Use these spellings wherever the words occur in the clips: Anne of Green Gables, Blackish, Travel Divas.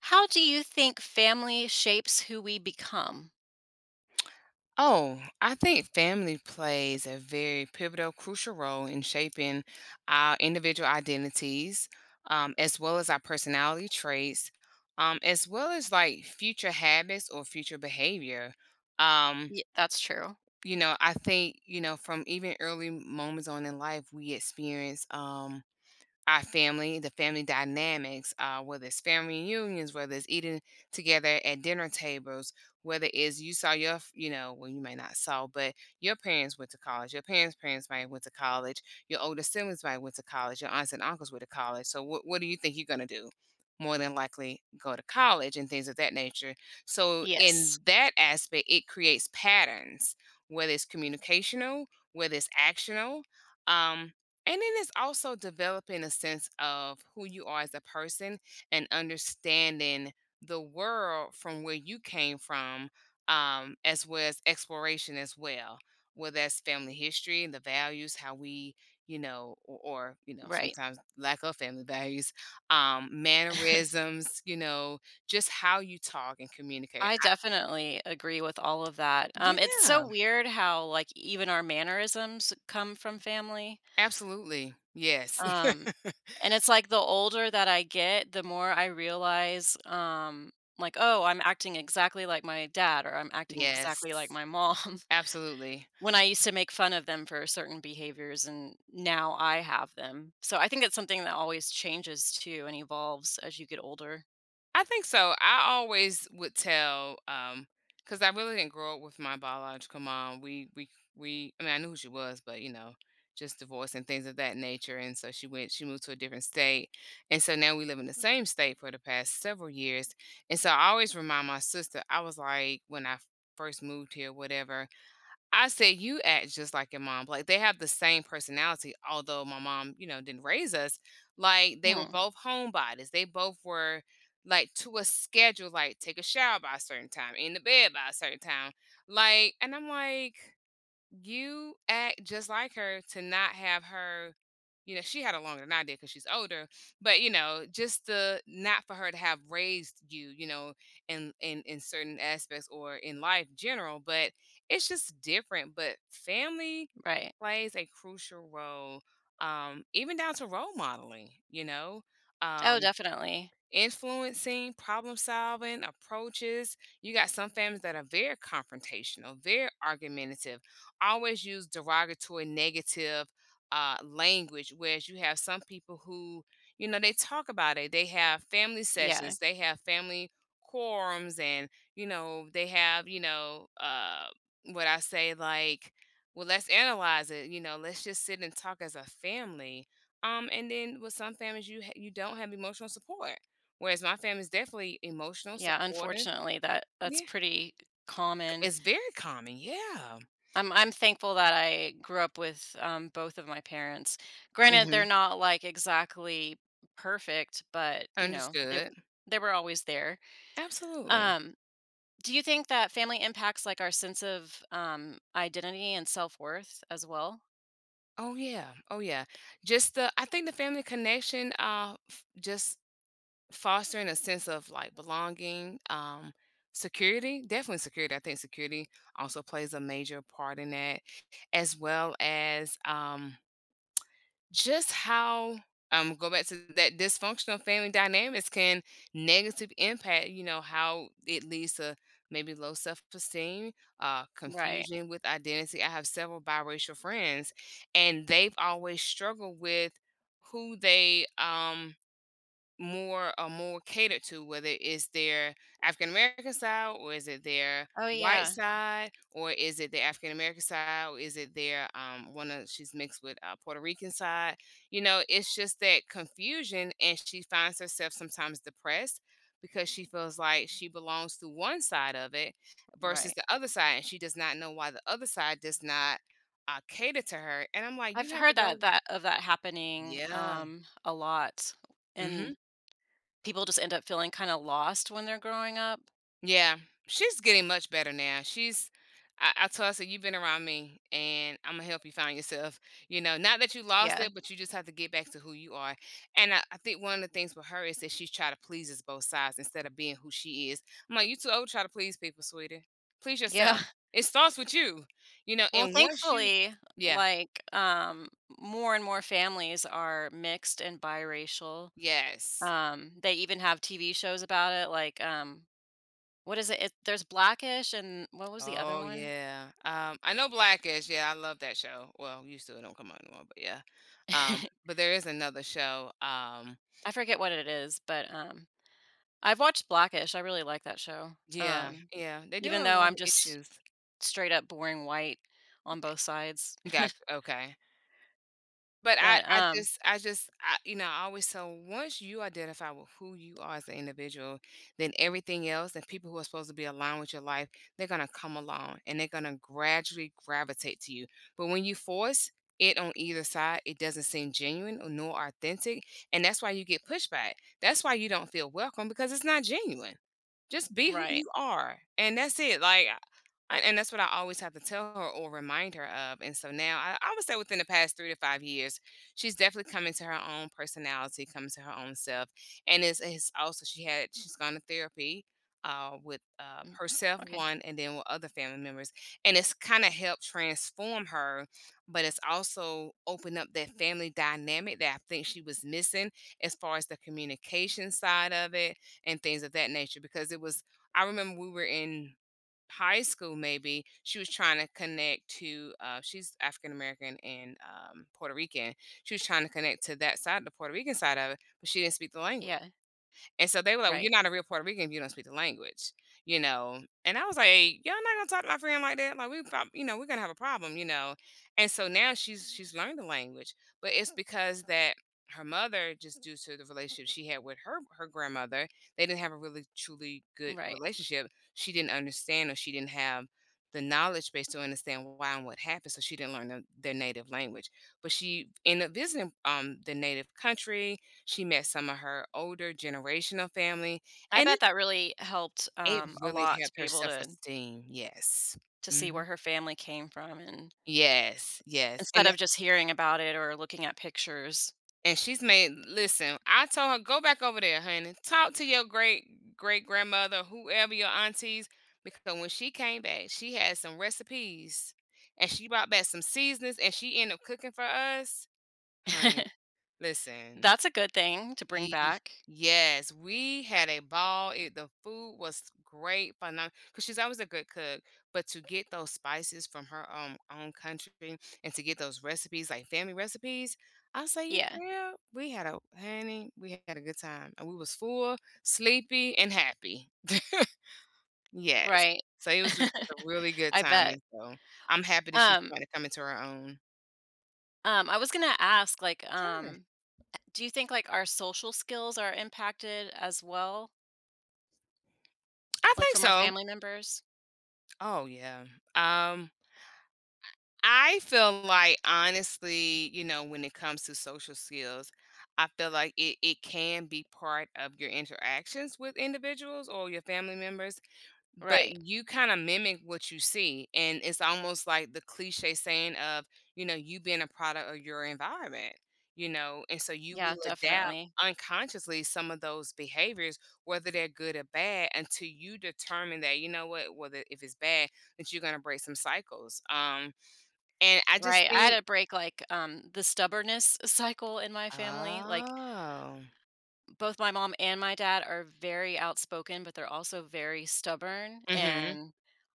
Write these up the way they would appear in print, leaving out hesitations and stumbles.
How do you think family shapes who we become? Oh, I think family plays a very pivotal, crucial role in shaping our individual identities, as well as our personality traits, as well as like future habits or future behavior. Um, Ye That's true. I think, from even early moments on in life, we experience. Our family, the family dynamics, whether it's family reunions, whether it's eating together at dinner tables, whether it's you saw your, you know, well, you may not saw, but your parents went to college, your parents' parents might went to college, your older siblings might went to college, your aunts and uncles went to college. So what do you think you're gonna do? More than likely go to college and things of that nature. So Yes. in that aspect, it creates patterns, whether it's communicational, whether it's actional. Um, and then it's also developing a sense of who you are as a person and understanding the world from where you came from, as well as exploration as well, whether that's family history, the values, how we, you know, or you know, Right. sometimes lack of family values, mannerisms, just how you talk and communicate. I definitely agree with all of that. It's so Yeah, weird how, even our mannerisms come from family. absolutely. Yes. Um, and it's like the older that I get, the more I realize, like, "Oh, I'm acting exactly like my dad," or "I'm acting exactly like yes. my mom." Absolutely. When I used to make fun of them for certain behaviors, and now I have them. So I think it's something that always changes too and evolves as you get older. I think so. I always would tell, because I really didn't grow up with my biological mom. We I mean, I knew who she was, but, you know, just divorce and things of that nature, and so she moved to a different state, and so now we live in the same state for the past several years, and so I always remind my sister. I was like, when I first moved here, whatever, I said, "You act just like your mom." Like, they have the same personality, although my mom, you know, didn't raise us. Like, they were Mhm, both homebodies. They both were like to a schedule, like take a shower by a certain time, in the bed by a certain time. Like, and I'm like, you act just like her to not have her, you know. She had a longer than I did because she's older, but you know, just the not for her to have raised you, you know, in certain aspects or in life general, but it's just different. But family right. plays a crucial role, um, even down to role modeling, you know, um, Oh, definitely. influencing, problem solving approaches. You got some families that are very confrontational, very argumentative, always use derogatory, negative, language. Whereas you have some people who, you know, they talk about it. They have family Yeah, sessions, they have family quorums, and, you know, they have, you know, what I say, like, well, let's analyze it. You know, let's just sit and talk as a family. And then with some families, you you don't have emotional support. Whereas my family's definitely emotional, yeah, supportive. unfortunately, that's Yeah, pretty c common. it's very common, yeah. I'm thankful that I grew up with, both of my parents. Granted, they're Mhm. not, like, exactly perfect, but, you know, they Understood. they were always there. Absolutely. Um, do you think that family impacts like our sense of identity and self worth as well? Oh, yeah. Oh, yeah. Just the, I think the family connection, f just fostering a sense of, like, belonging, security, definitely security. I think security also plays a major part in that, as well as, just how, go back to that. Dysfunctional family dynamics can negative impact, you know, how it leads to maybe low self-esteem, Right. confusion with identity. I have several biracial friends, and they've always struggled with who they, more catered to, whether it's their African American side, or is it their Oh white yeah. side, or is it the African American side, or is it their, one of, she's mixed with, Puerto Rican side. You know, it's just that confusion, and she finds herself sometimes depressed because she feels like she belongs to one side of it versus Right. the other side, and she does not know why the other side does not, cater to her. And I'm like, I've you have to heard that go. that of that happening Yeah. A lot, and Mhm. people just end up feeling kind of lost when they're growing up. Yeah, she's getting much better now. I told her, I said, "You've been around me and I'm gonna help you find yourself. You know, not that you lost Yeah. it, but you just have to get back to who you are." And I think one of the things with her is that she's trying to please us both sides instead of being who she is. I'm like, "You too old to try to please people, sweetie. Please Yeah. yourself." It starts with you. You know, Well, and once you, thankfully, yeah, like more and more families are mixed and biracial. yes. They even have TV shows about it. Like, what is it? There's Blackish, and what was the other Oh one? yeah. I know Blackish. Yeah, I love that show. Well, used to. It don't come out anymore, but yeah. But there is another show. I forget what it is, but, I've watched Blackish. I really like that show, Yeah, um, yeah. They do even a though lot I'm of just issues. straight up boring white on both sides. Gotcha. Okay. But But, I um, just I just I you know, I always, so once you identify with who you are as an individual, then everything else, and people who are supposed to be aligned with your life, they're gonna come along and they're gonna gradually gravitate to you. But when you force it on either side, it doesn't seem genuine or nor authentic, and that's why you get pushback. That's why you don't feel welcome, because it's not genuine. Just be who right. you are, and that's it. Like I and that's what I always have to tell her or remind her of. And so now I would say within the past 3 to 5 years, she's definitely coming to her own personality, coming to her own self, and it's also, she's gone to therapy, with, Mm. herself, Okay. one, and then with other family members, and it's kinda helped transform her, but it's also opened up that family dynamic that I think she was missing as far as the communication side of it and things of that nature, because it was, I remember we were in high school, maybe. She was trying to connect to, she's African American and, Puerto Rican. She was trying to connect to that side, the Puerto Rican side of it, but she didn't speak the language, Yeah. and so they were like, "Well, you're Right. not a real Puerto Rican if you don't speak the language," you know? And I was like, "Hey, Y'all not gonna talk to my friend like that. Like, we prob you know, we're gonna have a problem," you know? And so now she's learned the language, but it's because that her mother, just due to the relationship she had with her grandmother, they didn't have a really truly good Right. relationship. She didn't understand, or she didn't have the knowledge base to understand why and what happened, so she didn't learn the, their native language. But she ended up visiting, the native country. She met some of her older generational family, I and bet it that really helped, it a really lot to helped be her able self-esteem, yes. to see where Mhm. her family came from and Yes, yes, instead and of just hearing about it or looking at pictures. She's made, listen, I told her, "Go back over there, honey. Talk to your great-great-grandmother, whoever your aunties," because when she came back, she had some recipes, and she brought back some seasonings, and she ended up cooking for us. Honey, listen. That's a good thing to bring Ye back. yes, we had a ball. It The food was great, phenomenal, because she's always a good cook, but to get those spices from her, own country, and to get those recipes, like family recipes, I say, "You Yeah. girl, we had a honey, we had a good time, and we was full, sleepy, and happy." Yes. Right. So it was just a really good I time. bet. And so I'm happy that she's Um trying to come into her own. I was gonna ask, like, Sure. Do you think like our social skills are impacted as well, I like think from our so. family members? Oh, yeah. Um I feel like, honestly, you know, when it comes to social skills, I feel like it can be part of your interactions with individuals or your family members, but Right. you kind of mimic what you see. And it's almost like the cliche saying of, you know, you being a product of your environment, you know, and so you Yeah, will adapt definitely. unconsciously some of those behaviors, whether they're good or bad, until you determine that, you know what, whether if it's bad, that you're gonna break some cycles. And I just Right. I had think. to break like the stubbornness cycle in my family. Like Oh. both my mom and my dad are very outspoken, but they're also very stubborn Mm. Mhm. and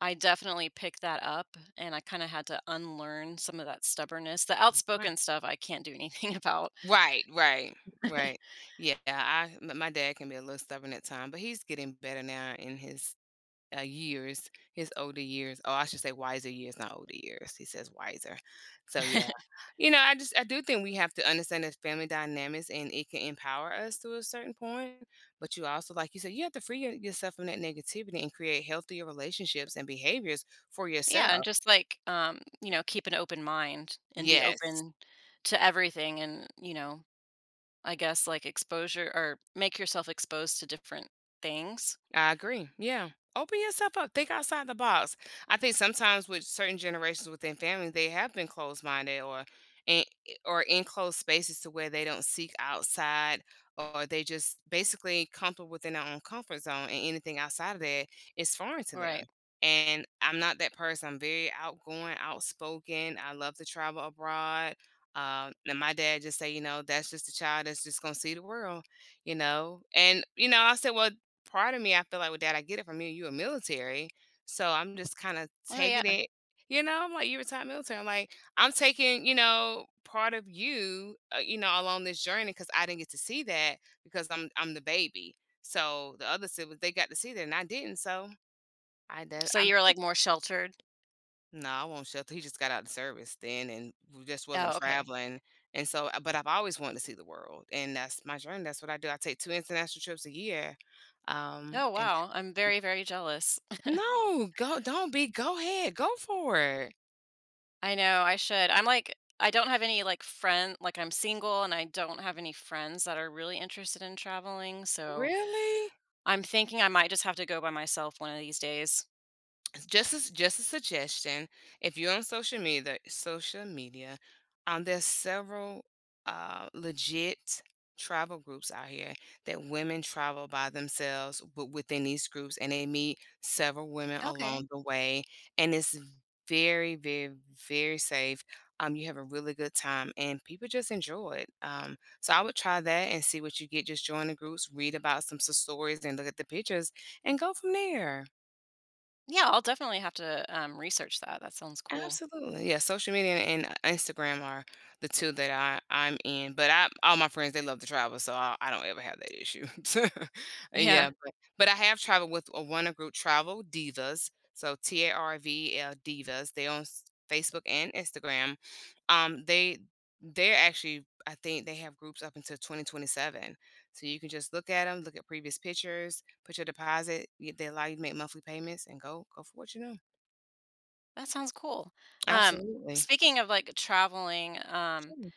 I definitely picked that up and I kind of had to unlearn some of that stubbornness. The Right. outspoken stuff I can't do anything about. Right, right, right. Yeah, I m my dad can be a little stubborn at times, but he's getting better now in his, years, his older years. Oh, I should say wiser years, not older years. He says wiser. So, yeah. You know, I just I do think we have to understand the family dynamics, and it can empower us to a certain point, but you also, like you said, you have to free yourself from that negativity and create healthier relationships and behaviors for Yeah, and yourself. just like, you know, keep an open mind and be Yes. open to everything and, you know, I guess like exposure or make yourself exposed to different things. I agree. Yeah. Open yourself up. Think outside the box. I think sometimes with certain generations within family, they have been closed minded or in closed spaces to where they don't seek outside, or they just basically comfortable within their own comfort zone, and anything outside of that is foreign to Right. them. And I'm not that person. I'm very outgoing, outspoken. I love to travel abroad. And my dad just say, that's just a child that's just gonna see the world. And I said, well, part of me, I feel like, "Well, dad, I get it from you. You a military." So I'm just kinda Oh yeah. taking it. I'm like, "You retired military." I'm like, "I'm taking, part of you, along this journey, because I didn't get to see that because I'm the baby." So the other siblings, they got to see that and I didn't, so I d So I'm you're like pick more sheltered. No, I won't shelter. He just got out of service then and w just wasn't Oh, okay. traveling, and so but I've always wanted to see the world, and that's my journey. That's what I do. I take 2 international trips a year, um, Oh and wow. I'm very, very jealous. no, go don't be, go ahead, go for it. I know, I should. I'm like I don't have any like friend like I'm single and I don't have any friends that are really interested in traveling, so Really? I'm thinking I might just have to go by myself one of these days. Just a suggestion. If you're on social media, social media, there's several legit travel groups out here that women travel by themselves within these groups, and they meet several women Okay. along the way, and it's very, very, very safe. You have a really good time, and people just enjoy it. So I would try that and see what you get. Just join the groups, read about some stories, and look at the pictures, and go from there. Yeah, I'll definitely have to, research that, that sounds cool. Absolutely. Yeah, social media and Instagram are the 2 that I'm in, but I all my friends, they love to travel, so I don't ever have that issue. Yeah, Yeah, but I have traveled with a want group, Travel Divas, so TARVL Divas. They're on s Facebook and Instagram. They they're actually, I think they have groups up until 2027, so you can just look at them, look at previous pictures, put your deposit. Y They allow you to make monthly payments, and go for what you know. that sounds cool. Um, Absolutely. speaking of, like, traveling, Sure.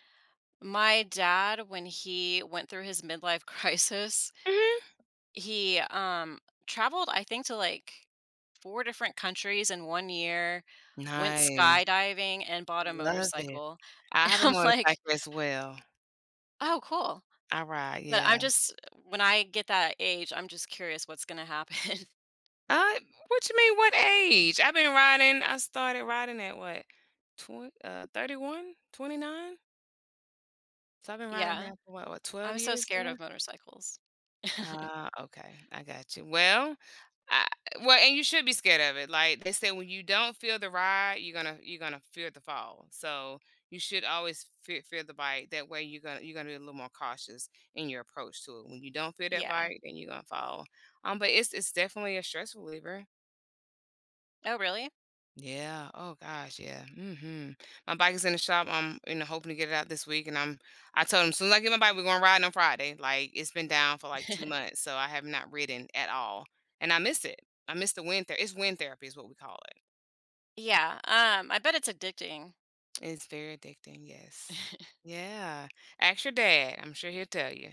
my dad, when he went through his midlife crisis, Mhm. he, traveled, I think, to, like, 4 different countries in 1 year, went Nice. skydiving, and bought a Love it. motorcycle, I and have a I'm like, motorcycle as well. "Oh, cool." I ride, But I'm yeah. just when I get that age, I'm just curious what's gonna happen. Uh, what you mean, what age? I've been riding, I started riding at what? Twen 31, 29. So I've been riding Yeah. now for what, 12 I'm so years scared now? of motorcycles. Ah, okay. I got you. Well, I and you should be scared of it. Like they said, when you don't feel the ride, you're gonna fear the fall. So you should always fear the bite. That way, you're gonna be a little more cautious in your approach to it. When you don't feel that Yeah. bite, then you're gonna fall. But it's definitely a stress reliever. Oh, really? Yeah. Oh gosh. Yeah. Mm-hmm. My bike is in the shop. I'm, hoping to get it out this week. I told him, as soon as I get my bike, we're going riding on Friday. Like it's been down for like two months, so I have not ridden at all, and I miss it. I miss the wind there. It's wind therapy, is what we call it. Yeah, I bet it's addicting. It's very addicting. Yes. Yeah. Ask your dad. I'm sure he'll tell you.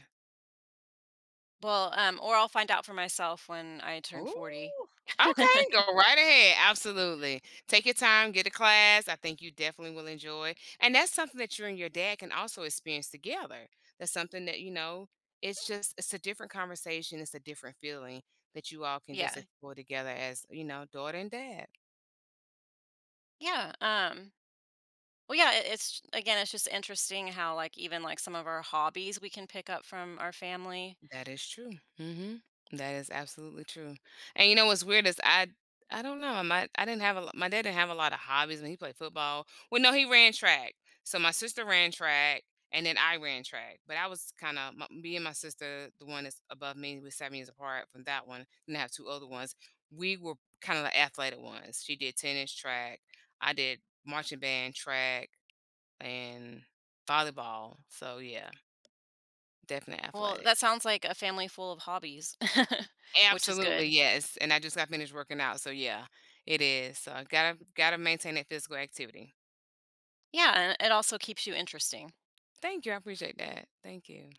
Well, or I'll find out for myself when I turn 40. Ooh, okay, go right ahead. Absolutely. Take your time, get a class. I think you definitely will enjoy. And that's something that you and your dad can also experience together. That's something that, it's a different conversation, it's a different feeling that you all can just Yeah. explore together as, you know, daughter and dad. Yeah, well, yeah, it's again, it's just interesting how, like, even, like, some of our hobbies we can pick up from our family. That is true. Mhm. That is absolutely true. And you know what's weird is I don't know. My dad didn't have a lot of hobbies when he played football. Well, no, he ran track. So my sister ran track, and then I ran track. But I was kind of, me and my sister, the one that's above me, we're 7 years apart from that one. And I have two older ones. We were kind of the athletic ones. She did tennis, track. I did marching band, track, and volleyball. So yeah, definitely Well, athletic. that sounds like a family full of hobbies, which is Absolutely, good. yes, and I just got finished working out, so yeah, it is. So I gotta maintain that physical activity. Yeah, and it also keeps you interesting. Thank you, I appreciate that. Thank you.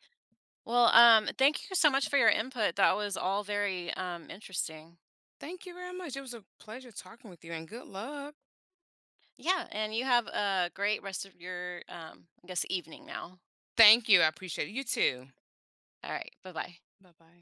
Well, thank you so much for your input. That was all very, interesting. Thank you very much. It was a pleasure talking with you, and good luck. Yeah, and you have a great rest of your, I guess, evening now. Thank you, I appreciate it. You too. All right, bye bye. Bye bye.